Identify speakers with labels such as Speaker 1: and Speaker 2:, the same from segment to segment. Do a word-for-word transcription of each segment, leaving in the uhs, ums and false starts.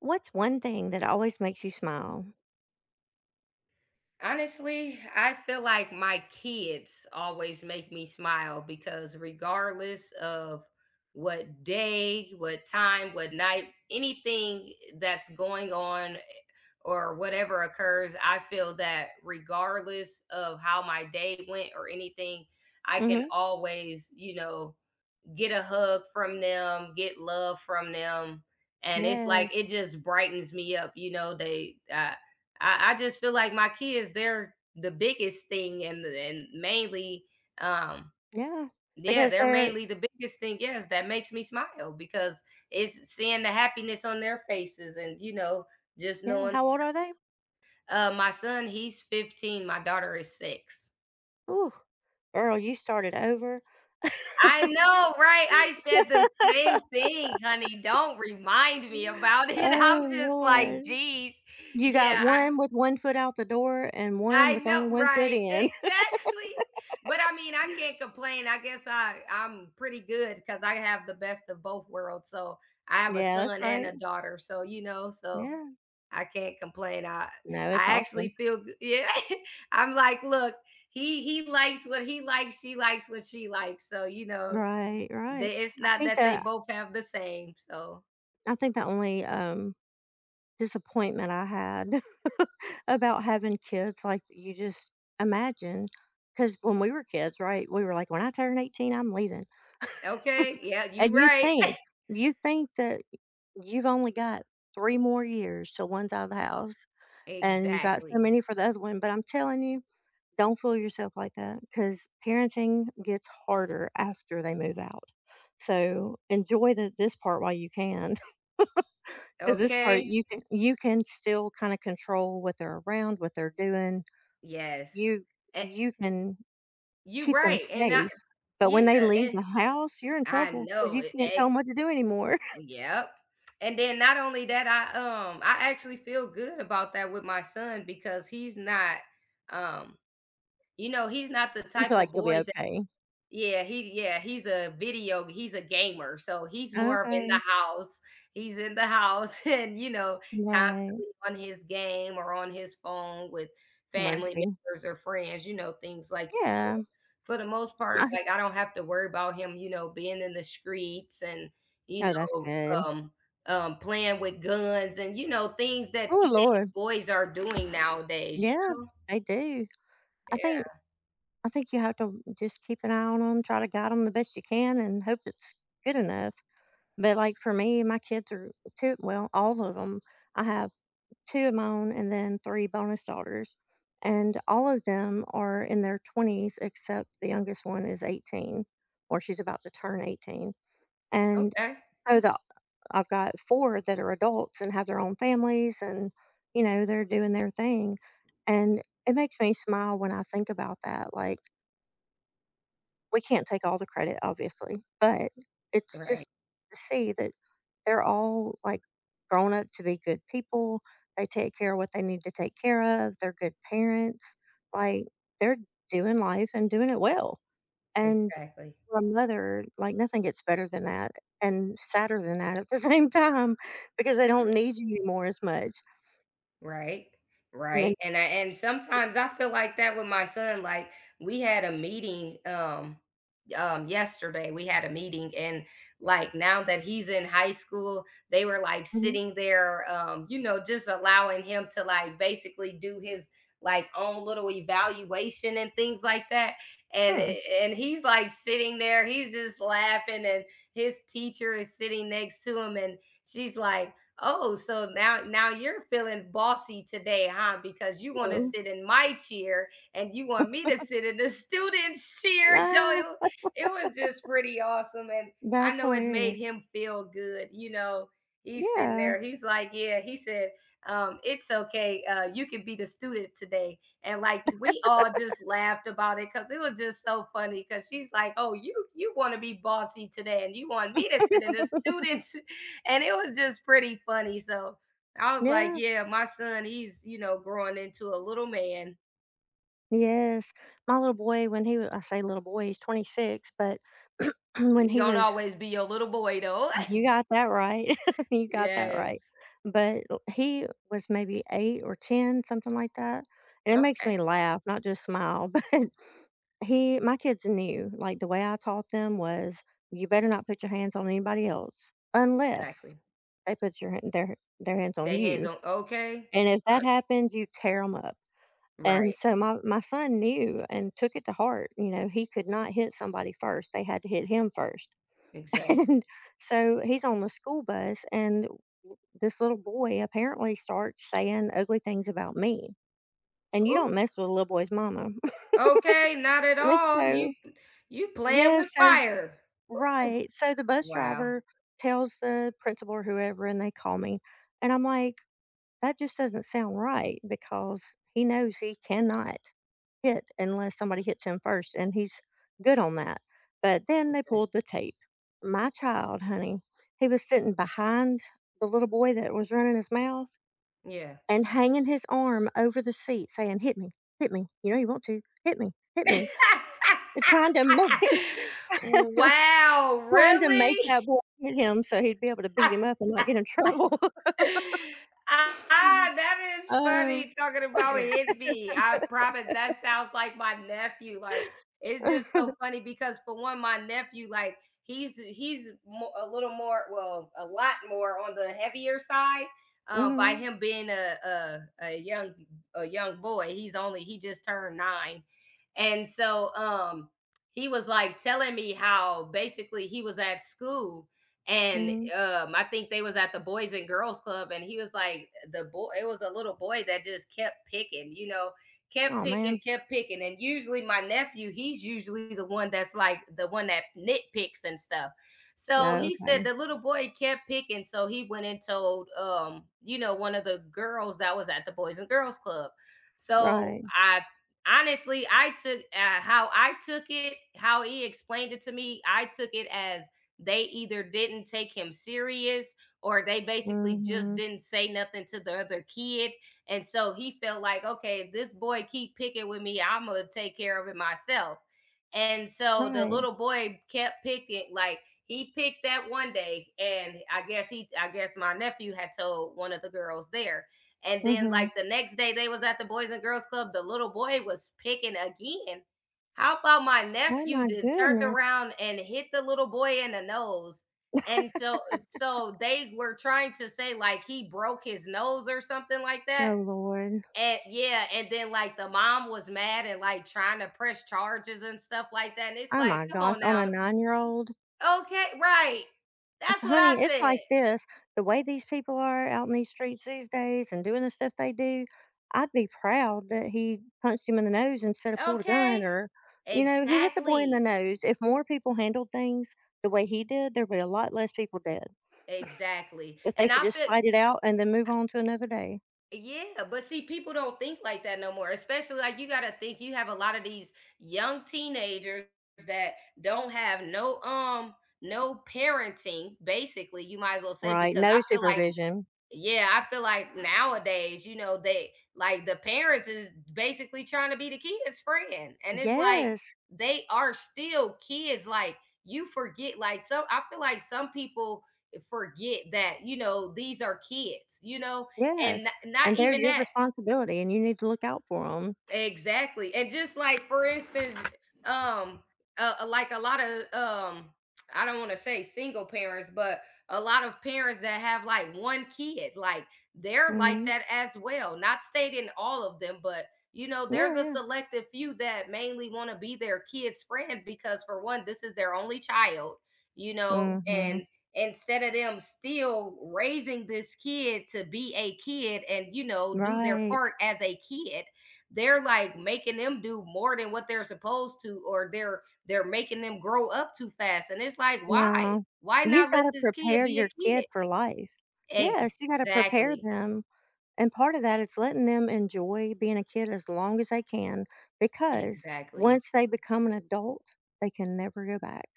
Speaker 1: What's one thing that always makes you smile?
Speaker 2: Honestly, I feel like my kids always make me smile because regardless of what day, what time, what night, anything that's going on or whatever occurs, I feel that regardless of how my day went or anything, I
Speaker 1: Mm,
Speaker 2: can
Speaker 1: mhm.
Speaker 2: always, you know, get a hug from them, get love from them, and it's
Speaker 1: Yes.
Speaker 2: like it just brightens me up. You know, they I I, I just feel like my kids, they're the biggest thing, and and mainly, um
Speaker 1: Yeah.
Speaker 2: yeah,
Speaker 1: Because
Speaker 2: they're
Speaker 1: they're.
Speaker 2: mainly the biggest thing, yes, that makes me smile because it's seeing the happiness on their faces, and you know just
Speaker 1: Yeah,
Speaker 2: knowing.
Speaker 1: how old are they?
Speaker 2: Uh my son, he's fifteen. My daughter is six.
Speaker 1: Ooh, girl, you started over.
Speaker 2: I know, right? I said the same thing, honey. Don't remind me about it. I'm
Speaker 1: Oh,
Speaker 2: just like,
Speaker 1: Lord.
Speaker 2: geez.
Speaker 1: You got
Speaker 2: Yeah, I
Speaker 1: one with one foot out the door and one
Speaker 2: I
Speaker 1: with
Speaker 2: know,
Speaker 1: only one foot
Speaker 2: right.
Speaker 1: in.
Speaker 2: Exactly. But I mean, I can't complain. I guess I I'm pretty good because I have the best of both worlds. So I have a
Speaker 1: Yeah, that's
Speaker 2: son and a
Speaker 1: right.
Speaker 2: daughter. So you know, so
Speaker 1: Yeah.
Speaker 2: I can't complain. I
Speaker 1: No, it's
Speaker 2: I
Speaker 1: awesome.
Speaker 2: actually feel good. Yeah. I'm like, look, he he likes what he likes, she likes what she likes. So, you know,
Speaker 1: Right, right.
Speaker 2: they it's
Speaker 1: I
Speaker 2: not
Speaker 1: think
Speaker 2: that they
Speaker 1: that
Speaker 2: both have the same, so
Speaker 1: I think the only, um, disappointment I had about having kids, like, you just imagine, because when we were kids, right, we were like, "When I turn eighteen, I'm leaving."
Speaker 2: okay, yeah, you
Speaker 1: And you
Speaker 2: right.
Speaker 1: think you think that you've only got three more years till one's out of the house, and you got so
Speaker 2: Exactly.
Speaker 1: many for the other one, but I'm telling you, don't fool yourself like that, because parenting gets harder after they move out. So, enjoy the this part while you can, because this part,
Speaker 2: Okay.
Speaker 1: you can you can still kinda control what they're around, what they're doing.
Speaker 2: Yes.
Speaker 1: You
Speaker 2: Eh,
Speaker 1: you can
Speaker 2: you
Speaker 1: keep them
Speaker 2: right, and not.
Speaker 1: safe, but when
Speaker 2: Yeah,
Speaker 1: they leave
Speaker 2: and
Speaker 1: the house, you're in
Speaker 2: I
Speaker 1: trouble 'cause
Speaker 2: know
Speaker 1: you are in trouble because
Speaker 2: it
Speaker 1: tell not
Speaker 2: that.
Speaker 1: tell them what to do anymore.
Speaker 2: Yep. And then not only that, I um I actually feel good about that with my son because he's not um you know, he's not the
Speaker 1: You feel
Speaker 2: type of
Speaker 1: like you'll be
Speaker 2: boy.
Speaker 1: okay.
Speaker 2: Yeah, he yeah, he's a video he's a gamer, so he's more of in the
Speaker 1: Okay.
Speaker 2: house. He's in the house and, you know,
Speaker 1: Right.
Speaker 2: constantly on his game or on his phone with family
Speaker 1: Mercy.
Speaker 2: members or friends, you know, things like,
Speaker 1: Yeah.
Speaker 2: for the most part,
Speaker 1: I
Speaker 2: like, I don't have to worry about him, you know, being in the streets and, you
Speaker 1: Oh, that's
Speaker 2: know,
Speaker 1: good.
Speaker 2: um um, playing with guns and, you know, things that
Speaker 1: Oh,
Speaker 2: teenage
Speaker 1: Lord.
Speaker 2: boys are doing nowadays,
Speaker 1: Yeah,
Speaker 2: you know?
Speaker 1: they do. I think
Speaker 2: Yeah,
Speaker 1: I think you have to just keep an eye on them, try to guide them the best you can, and hope it's good enough. But, like, for me, my kids are two, well, all of them, I have two of my own, and then three bonus daughters. And all of them are in their twenties, except the youngest one is eighteen, or she's about to turn eighteen. And
Speaker 2: okay.
Speaker 1: so, the, I've got four that are adults and have their own families, and, you know, they're doing their thing. And it makes me smile when I think about that. Like, we can't take all the credit, obviously, but it's
Speaker 2: Right,
Speaker 1: just to see that they're all like grown up to be good people. They take care of what they need to take care of. They're good parents. Like they're doing life and doing it well. And
Speaker 2: exactly.
Speaker 1: for a mother, like nothing gets better than that and sadder than that at the same time because they don't need you anymore as much.
Speaker 2: Right,
Speaker 1: And
Speaker 2: right,
Speaker 1: then,
Speaker 2: and I and sometimes I feel like that with my son, like, we had a meeting, um um, yesterday. We had a meeting, and, like, now that he's in high school, they were, like,
Speaker 1: mhm.
Speaker 2: sitting there, um, you know, just allowing him to, like, basically do his, like, own little evaluation and things like that, and
Speaker 1: Huh.
Speaker 2: and he's, like, sitting there, he's just laughing, and his teacher is sitting next to him, and she's like, "Oh, so now now you're feeling bossy today, huh? Because you want to
Speaker 1: Oh.
Speaker 2: sit in my chair and you want me to sit in the student's chair." So
Speaker 1: Ah,
Speaker 2: it, it was just pretty awesome. And I
Speaker 1: that's
Speaker 2: know it made
Speaker 1: hilarious.
Speaker 2: him feel good. You know, he's sitting
Speaker 1: Yeah.
Speaker 2: there. He's like, yeah, he said, um, "It's okay. Uh, you can be the student today." And like we all just laughed about it because it was just so funny. Cause she's like, "Oh, you you want to be bossy today and you want me to sit in the student's." And it was just pretty funny. So I was like,
Speaker 1: Yeah.
Speaker 2: yeah, my son, he's, you know, growing into a little man.
Speaker 1: Yes. My little boy, when he wa I say little boy, he's twenty-six, but when
Speaker 2: He
Speaker 1: he
Speaker 2: gonna
Speaker 1: was
Speaker 2: always be your little boy though.
Speaker 1: you got that right. You got that right.
Speaker 2: Yes.
Speaker 1: But he was maybe eight or ten, something like that, and it makes me
Speaker 2: Okay.
Speaker 1: laugh, not just smile, but he my kids knew, like, the way I taught them was, "You better not put your hands on anybody else unless
Speaker 2: Exactly.
Speaker 1: they put your hand their their hands on
Speaker 2: They hands
Speaker 1: you,
Speaker 2: on, okay.
Speaker 1: and if
Speaker 2: I-
Speaker 1: that happens, you tear them up." And
Speaker 2: right.
Speaker 1: so my my son knew and took it to heart, you know, he could not hit somebody first, they had to hit him first.
Speaker 2: Exactly.
Speaker 1: And so he's on the school bus and this little boy apparently starts saying ugly things about me. And you don't
Speaker 2: Ooh.
Speaker 1: mess with a little boy's mama.
Speaker 2: Okay, not at
Speaker 1: And
Speaker 2: all. You,
Speaker 1: so,
Speaker 2: you playing
Speaker 1: yeah,
Speaker 2: with
Speaker 1: so,
Speaker 2: fire.
Speaker 1: right. So the bus
Speaker 2: Wow.
Speaker 1: driver tells the principal or whoever and they call me. And I'm like, that just doesn't sound right because he knows he cannot hit unless somebody hits him first, and he's good on that. But then they
Speaker 2: Okay.
Speaker 1: pulled the tape. My child, honey, he was sitting behind the little boy that was running his mouth
Speaker 2: Yeah.
Speaker 1: and hanging his arm over the seat saying, "Hit me, hit me. You know you want to. Hit me, hit me." And trying to make
Speaker 2: Wow,
Speaker 1: trying to make
Speaker 2: really?
Speaker 1: that boy hit him so he'd be able to beat him up and not get in trouble.
Speaker 2: Ah, that is
Speaker 1: Oh,
Speaker 2: funny talking about hit me. I promise that sounds like my nephew. Like, it's just so funny because for one, my nephew, like he's he's mo- a little more, well, a lot more on the heavier side. Um, by
Speaker 1: mhm,
Speaker 2: him being a, a a young a young boy, he's only he just turned nine, and so um he was like telling me how basically he was at school and,
Speaker 1: mhm.
Speaker 2: um, I think they was at the Boys and Girls Club, and he was like the boy it was a little boy that just kept picking, you know, kept
Speaker 1: Aw,
Speaker 2: picking,
Speaker 1: man.
Speaker 2: kept picking, and usually my nephew, he's usually the one that's like the one that nitpicks and stuff. So he said
Speaker 1: Okay.
Speaker 2: the little boy kept picking, so he went and told, um, you know, one of the girls that was at the Boys and Girls Club. So
Speaker 1: Right.
Speaker 2: I honestly, I took uh, how I took it, how he explained it to me, I took it as they either didn't take him serious or they basically just
Speaker 1: Mhm.
Speaker 2: didn't say nothing to the other kid. And so he felt like, okay, if this boy keep picking with me, I'm gonna take care of it myself. And so the
Speaker 1: Right.
Speaker 2: little boy kept picking, like he picked that one day, and I guess he, I guess my nephew had told one of the girls there. And then
Speaker 1: Mhm.
Speaker 2: like the next day they was at the Boys and Girls Club, the little boy was picking again. How about my
Speaker 1: Oh
Speaker 2: nephew
Speaker 1: my
Speaker 2: then turned
Speaker 1: goodness.
Speaker 2: around and hit the little boy in the nose? And so, so they were trying to say like he broke his nose or something like that.
Speaker 1: Oh Lord.
Speaker 2: And yeah, and then like the mom was mad and like trying to press charges and stuff like that. And it's
Speaker 1: Oh
Speaker 2: like,
Speaker 1: my
Speaker 2: come
Speaker 1: gosh.
Speaker 2: on
Speaker 1: On a
Speaker 2: now.
Speaker 1: nine-year-old?
Speaker 2: Okay, right.
Speaker 1: If,
Speaker 2: That's what I
Speaker 1: honey, it's
Speaker 2: said.
Speaker 1: like this, the way these people are out in these streets these days and doing the stuff they do, I'd be proud that he punched him in the nose instead of pulled a gun
Speaker 2: Okay.
Speaker 1: or, you know, he hit the boy in the
Speaker 2: Exactly.
Speaker 1: nose. If more people handled things the way he did, there'd be a lot less people dead.
Speaker 2: Exactly.
Speaker 1: If they
Speaker 2: And
Speaker 1: could
Speaker 2: I
Speaker 1: just
Speaker 2: feel—
Speaker 1: fight it out and then move on to another day.
Speaker 2: yeah, but see, people don't think like that no more. Especially like you got to think, you have a lot of these young teenagers that don't have no um no parenting, basically, you might as well say,
Speaker 1: Right.
Speaker 2: because I
Speaker 1: No
Speaker 2: feel like
Speaker 1: supervision.
Speaker 2: yeah, I feel like nowadays, you know, they like the parents is basically trying to be the kids' friend. And it's like,
Speaker 1: Yes.
Speaker 2: they are still kids. Like, you forget, like, some— I feel like some people forget that, you know, these are kids, you know, and
Speaker 1: Yes.
Speaker 2: n- not
Speaker 1: And they're
Speaker 2: even
Speaker 1: your
Speaker 2: that.
Speaker 1: responsibility and you need to look out for them.
Speaker 2: Exactly. And just like for instance, um uh, uh, like a lot of um I don't want to say single parents, but a lot of parents that have like one kid, like they're like
Speaker 1: Mhm.
Speaker 2: that as well. Not stating all of them, but you know,
Speaker 1: Yeah,
Speaker 2: there's a
Speaker 1: yeah.
Speaker 2: selective few that mainly want to be their kid's friend because for one, this is their only child, you know,
Speaker 1: Mhm.
Speaker 2: and instead of them still raising this kid to be a kid and, you know, do their
Speaker 1: Right.
Speaker 2: part as a kid, they're like making them do more than what they're supposed to, or they're they're making them grow up too fast, and it's like, why?
Speaker 1: No.
Speaker 2: Why
Speaker 1: You've
Speaker 2: not let
Speaker 1: gotta
Speaker 2: this kid
Speaker 1: prepare
Speaker 2: be a
Speaker 1: your
Speaker 2: kid?
Speaker 1: kid for life. Yes, you gotta prepare
Speaker 2: Exactly.
Speaker 1: them, and part of that is letting them enjoy being a kid as long as they can, because
Speaker 2: Exactly.
Speaker 1: once they become an adult, they can never go back.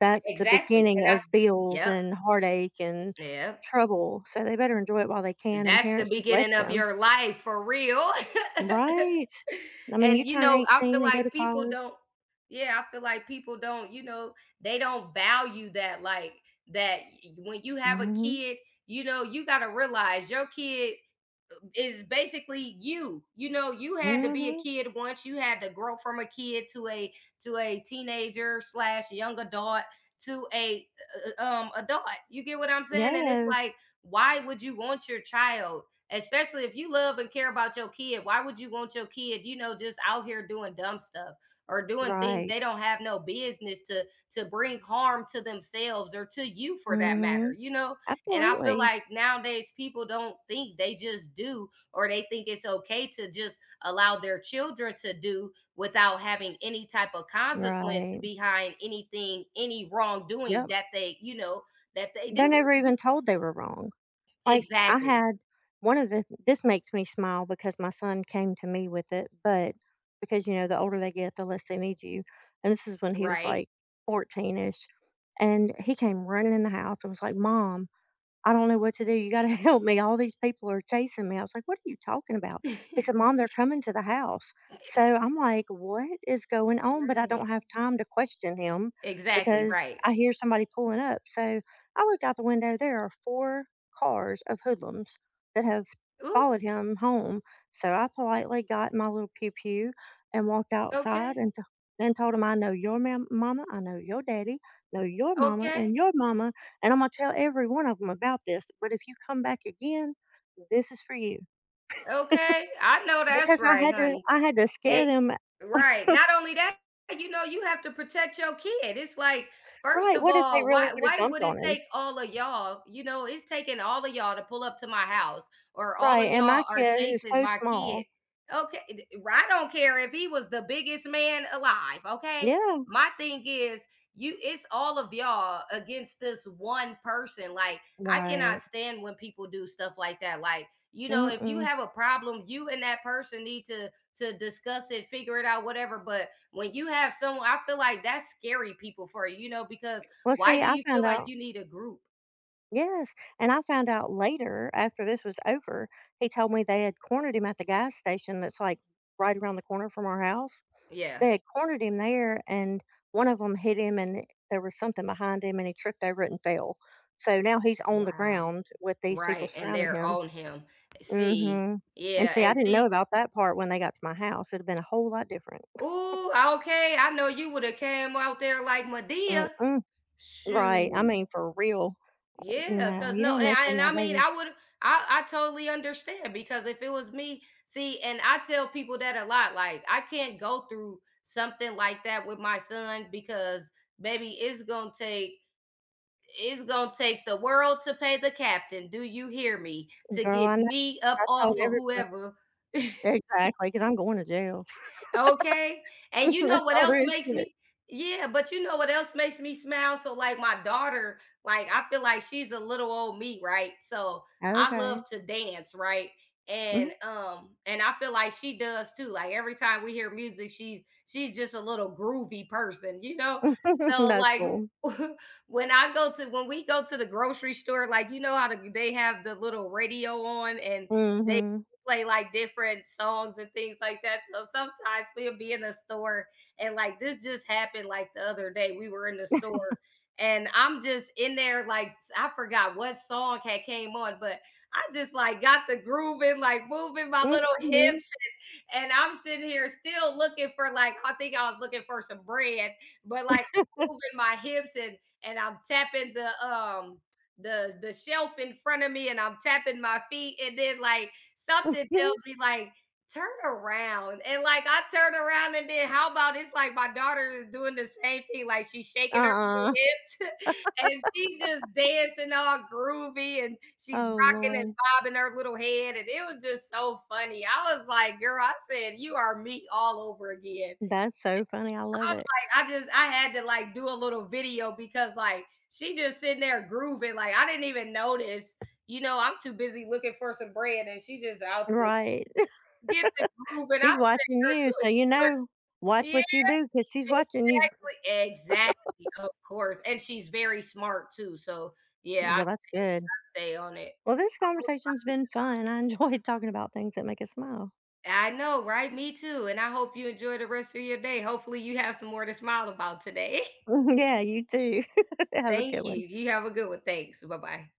Speaker 1: That's the
Speaker 2: Exactly. And
Speaker 1: beginning
Speaker 2: that's—
Speaker 1: of bills
Speaker 2: yep.
Speaker 1: and heartache and
Speaker 2: Yep.
Speaker 1: trouble, so they better enjoy it while they can, and
Speaker 2: That's the
Speaker 1: parents should let
Speaker 2: beginning of
Speaker 1: them.
Speaker 2: your life for real.
Speaker 1: Right. I mean, you
Speaker 2: And, you
Speaker 1: turn
Speaker 2: know, I feel
Speaker 1: eighteen and go
Speaker 2: like
Speaker 1: to
Speaker 2: people
Speaker 1: college.
Speaker 2: don't— yeah, I feel like people don't, you know, they don't value that, like, that y when you have a
Speaker 1: Mhm.
Speaker 2: kid, you know, you gotta realize your kid is basically you. You know, you had to be a
Speaker 1: Mhm.
Speaker 2: kid once. You had to grow from a kid to a to a teenager slash young adult to a uh, uh, um adult. You get what I'm saying? And it's
Speaker 1: Yes,
Speaker 2: like, why would you want your child? Especially if you love and care about your kid, why would you want your kid, you know, just out here doing dumb stuff or doing things
Speaker 1: right.
Speaker 2: they don't have no business to to bring harm to themselves or to you for that matter?
Speaker 1: Mhm.
Speaker 2: You know, and I feel
Speaker 1: Absolutely.
Speaker 2: like nowadays people don't think, they just do, or they think it's okay to just allow their children to do without having any type of consequence
Speaker 1: Right.
Speaker 2: behind anything, any wrongdoing
Speaker 1: Yep.
Speaker 2: that they, you know, that they
Speaker 1: They're
Speaker 2: do.
Speaker 1: never even told they were wrong. Like, I
Speaker 2: Exactly.
Speaker 1: had one of the this makes me smile because my son came to me with it, but because, you know, the older they get, the less they need you. And this is when he was
Speaker 2: Right.
Speaker 1: like fourteen-ish, and he came running in the house and was like, "Mom, I don't know what to do. You gotta help me. All these people are chasing me. I was like, what are you talking about? They said, Mom, they're coming to the house. So I'm like, what is going on? But I
Speaker 2: Right.
Speaker 1: don't have time to question him
Speaker 2: Exactly.
Speaker 1: because
Speaker 2: Right.
Speaker 1: I hear somebody pulling up. So I looked out the window. There are four cars of hoodlums that have
Speaker 2: Ooh.
Speaker 1: followed him home. So I politely got my little pew pew and walked outside
Speaker 2: Okay.
Speaker 1: and, t- and told him, I know your mam- mama, I know your daddy, know your mama,
Speaker 2: Okay.
Speaker 1: and your mama, and I'm gonna tell every one of them about this, but if you come back again, this is for you.
Speaker 2: Okay. I know that's
Speaker 1: Because I
Speaker 2: right,
Speaker 1: had to
Speaker 2: honey.
Speaker 1: I had to scare them.
Speaker 2: Right. Not only that, you know, you have to protect your kid. It's like, first
Speaker 1: Right,
Speaker 2: of
Speaker 1: what if they
Speaker 2: all,
Speaker 1: really
Speaker 2: why
Speaker 1: woulda
Speaker 2: why
Speaker 1: jumped
Speaker 2: would it
Speaker 1: on him?
Speaker 2: take all of y'all? You know, it's taking all of y'all to pull up to my house, or all
Speaker 1: Right,
Speaker 2: of
Speaker 1: and
Speaker 2: y'all
Speaker 1: my
Speaker 2: are
Speaker 1: kid is
Speaker 2: chasing
Speaker 1: so
Speaker 2: my kid.
Speaker 1: small.
Speaker 2: Okay, I I don't care if he was the biggest man alive. Okay,
Speaker 1: Yeah,
Speaker 2: my thing is, you it's all of y'all against this one person. Like, I cannot
Speaker 1: right.
Speaker 2: stand when people do stuff like that. Like, you know, if you
Speaker 1: Mm-mm.
Speaker 2: have a problem, you and that person need to to discuss it, figure it out, whatever. But when you have someone, I feel like that's scary people for you, you know, because
Speaker 1: Well,
Speaker 2: why
Speaker 1: see,
Speaker 2: do
Speaker 1: I
Speaker 2: you feel
Speaker 1: found
Speaker 2: like
Speaker 1: out.
Speaker 2: you need a group?
Speaker 1: Yes, and I found out later after this was over, he told me they had cornered him at the gas station that's, like, right around the corner from our house.
Speaker 2: Yeah.
Speaker 1: They had cornered him there, and one of them hit him, and there was something behind him, and he tripped over it and fell. So now he's on the
Speaker 2: Wow.
Speaker 1: ground with these people
Speaker 2: Right. And
Speaker 1: surrounding
Speaker 2: they're
Speaker 1: him.
Speaker 2: on him. See.
Speaker 1: Mhm. And
Speaker 2: Yeah.
Speaker 1: see, I
Speaker 2: And
Speaker 1: didn't know
Speaker 2: see.
Speaker 1: about that part when they got to my house. It'd have been a whole lot different.
Speaker 2: Ooh, okay. I know you would have came out there like Medea.
Speaker 1: Mm-mm. Right. I
Speaker 2: Shoot.
Speaker 1: mean, for real.
Speaker 2: Yeah,
Speaker 1: No,
Speaker 2: cause
Speaker 1: you
Speaker 2: no,
Speaker 1: don't
Speaker 2: and
Speaker 1: mess
Speaker 2: I
Speaker 1: with
Speaker 2: and
Speaker 1: my
Speaker 2: I mean,
Speaker 1: babies.
Speaker 2: I would— I I totally understand because if it was me, see, and I tell people that a lot, like, I can't go through something like that with my son because, baby, it's gonna take it's gonna take the world to pay the captain, do you hear me? To
Speaker 1: Girl,
Speaker 2: get
Speaker 1: I know.
Speaker 2: me up
Speaker 1: I
Speaker 2: off
Speaker 1: told
Speaker 2: of
Speaker 1: everybody.
Speaker 2: whoever.
Speaker 1: Exactly, because 'cause I'm going to jail.
Speaker 2: Okay. And you know
Speaker 1: That's
Speaker 2: what
Speaker 1: all
Speaker 2: else
Speaker 1: there is
Speaker 2: makes
Speaker 1: to it.
Speaker 2: me— yeah, but you know what else makes me smile? So like my daughter, like I feel like she's a little old me, right? So I love
Speaker 1: Okay.
Speaker 2: to dance, right? And
Speaker 1: Mhm.
Speaker 2: um and I feel like she does too. Like every time we hear music, she's she's just a little groovy person, you know? So
Speaker 1: That's
Speaker 2: like,
Speaker 1: cool.
Speaker 2: when I go to when we go to the grocery store, like, you know how the, they have the little radio on and they
Speaker 1: Mhm.
Speaker 2: play like different songs and things like that. So sometimes we'll be in the store, and like this just happened like the other day. We were in the store, and I'm just in there like— I forgot what song had came on, but I just like got the grooving, like moving my little
Speaker 1: Mhm.
Speaker 2: hips, and I'm sitting here still looking for— like, I think I was looking for some bread, but like moving my hips, and and I'm tapping the um the the shelf in front of me, and I'm tapping my feet, and then like something tells me like turn around, and like I turn around, and then how about it's like my daughter is doing the same thing? Like she's shaking her
Speaker 1: Uh-uh.
Speaker 2: hips and she's just dancing all groovy, and she's
Speaker 1: Oh,
Speaker 2: rocking and
Speaker 1: Lord.
Speaker 2: bobbing her little head, and it was just so funny. I was like, "Girl," I said, "you are me all over again."
Speaker 1: That's so funny, I love
Speaker 2: I
Speaker 1: it.
Speaker 2: was like, I just— I had to like do a little video because like she just sitting there grooving, like I didn't even notice. You know, I'm too busy looking for some bread, and she just out the—
Speaker 1: Right.
Speaker 2: get the groove. And I
Speaker 1: She's
Speaker 2: said,
Speaker 1: watching
Speaker 2: "Girl,
Speaker 1: you,
Speaker 2: you
Speaker 1: so you know,
Speaker 2: is
Speaker 1: watch
Speaker 2: smart."
Speaker 1: what
Speaker 2: Yeah,
Speaker 1: you do because she's watching you.
Speaker 2: exactly, exactly, of course, and she's very smart too. So yeah, I
Speaker 1: Well, that's good.
Speaker 2: stay on it.
Speaker 1: Well, this conversation's been fun, I enjoyed talking about things that make us smile.
Speaker 2: I know, right? Me too. And I hope you enjoy the rest of your day. Hopefully, you have some more to smile about today.
Speaker 1: Yeah, you too. Have a good
Speaker 2: Thank you.
Speaker 1: one.
Speaker 2: You have a good one. Thanks. Bye bye.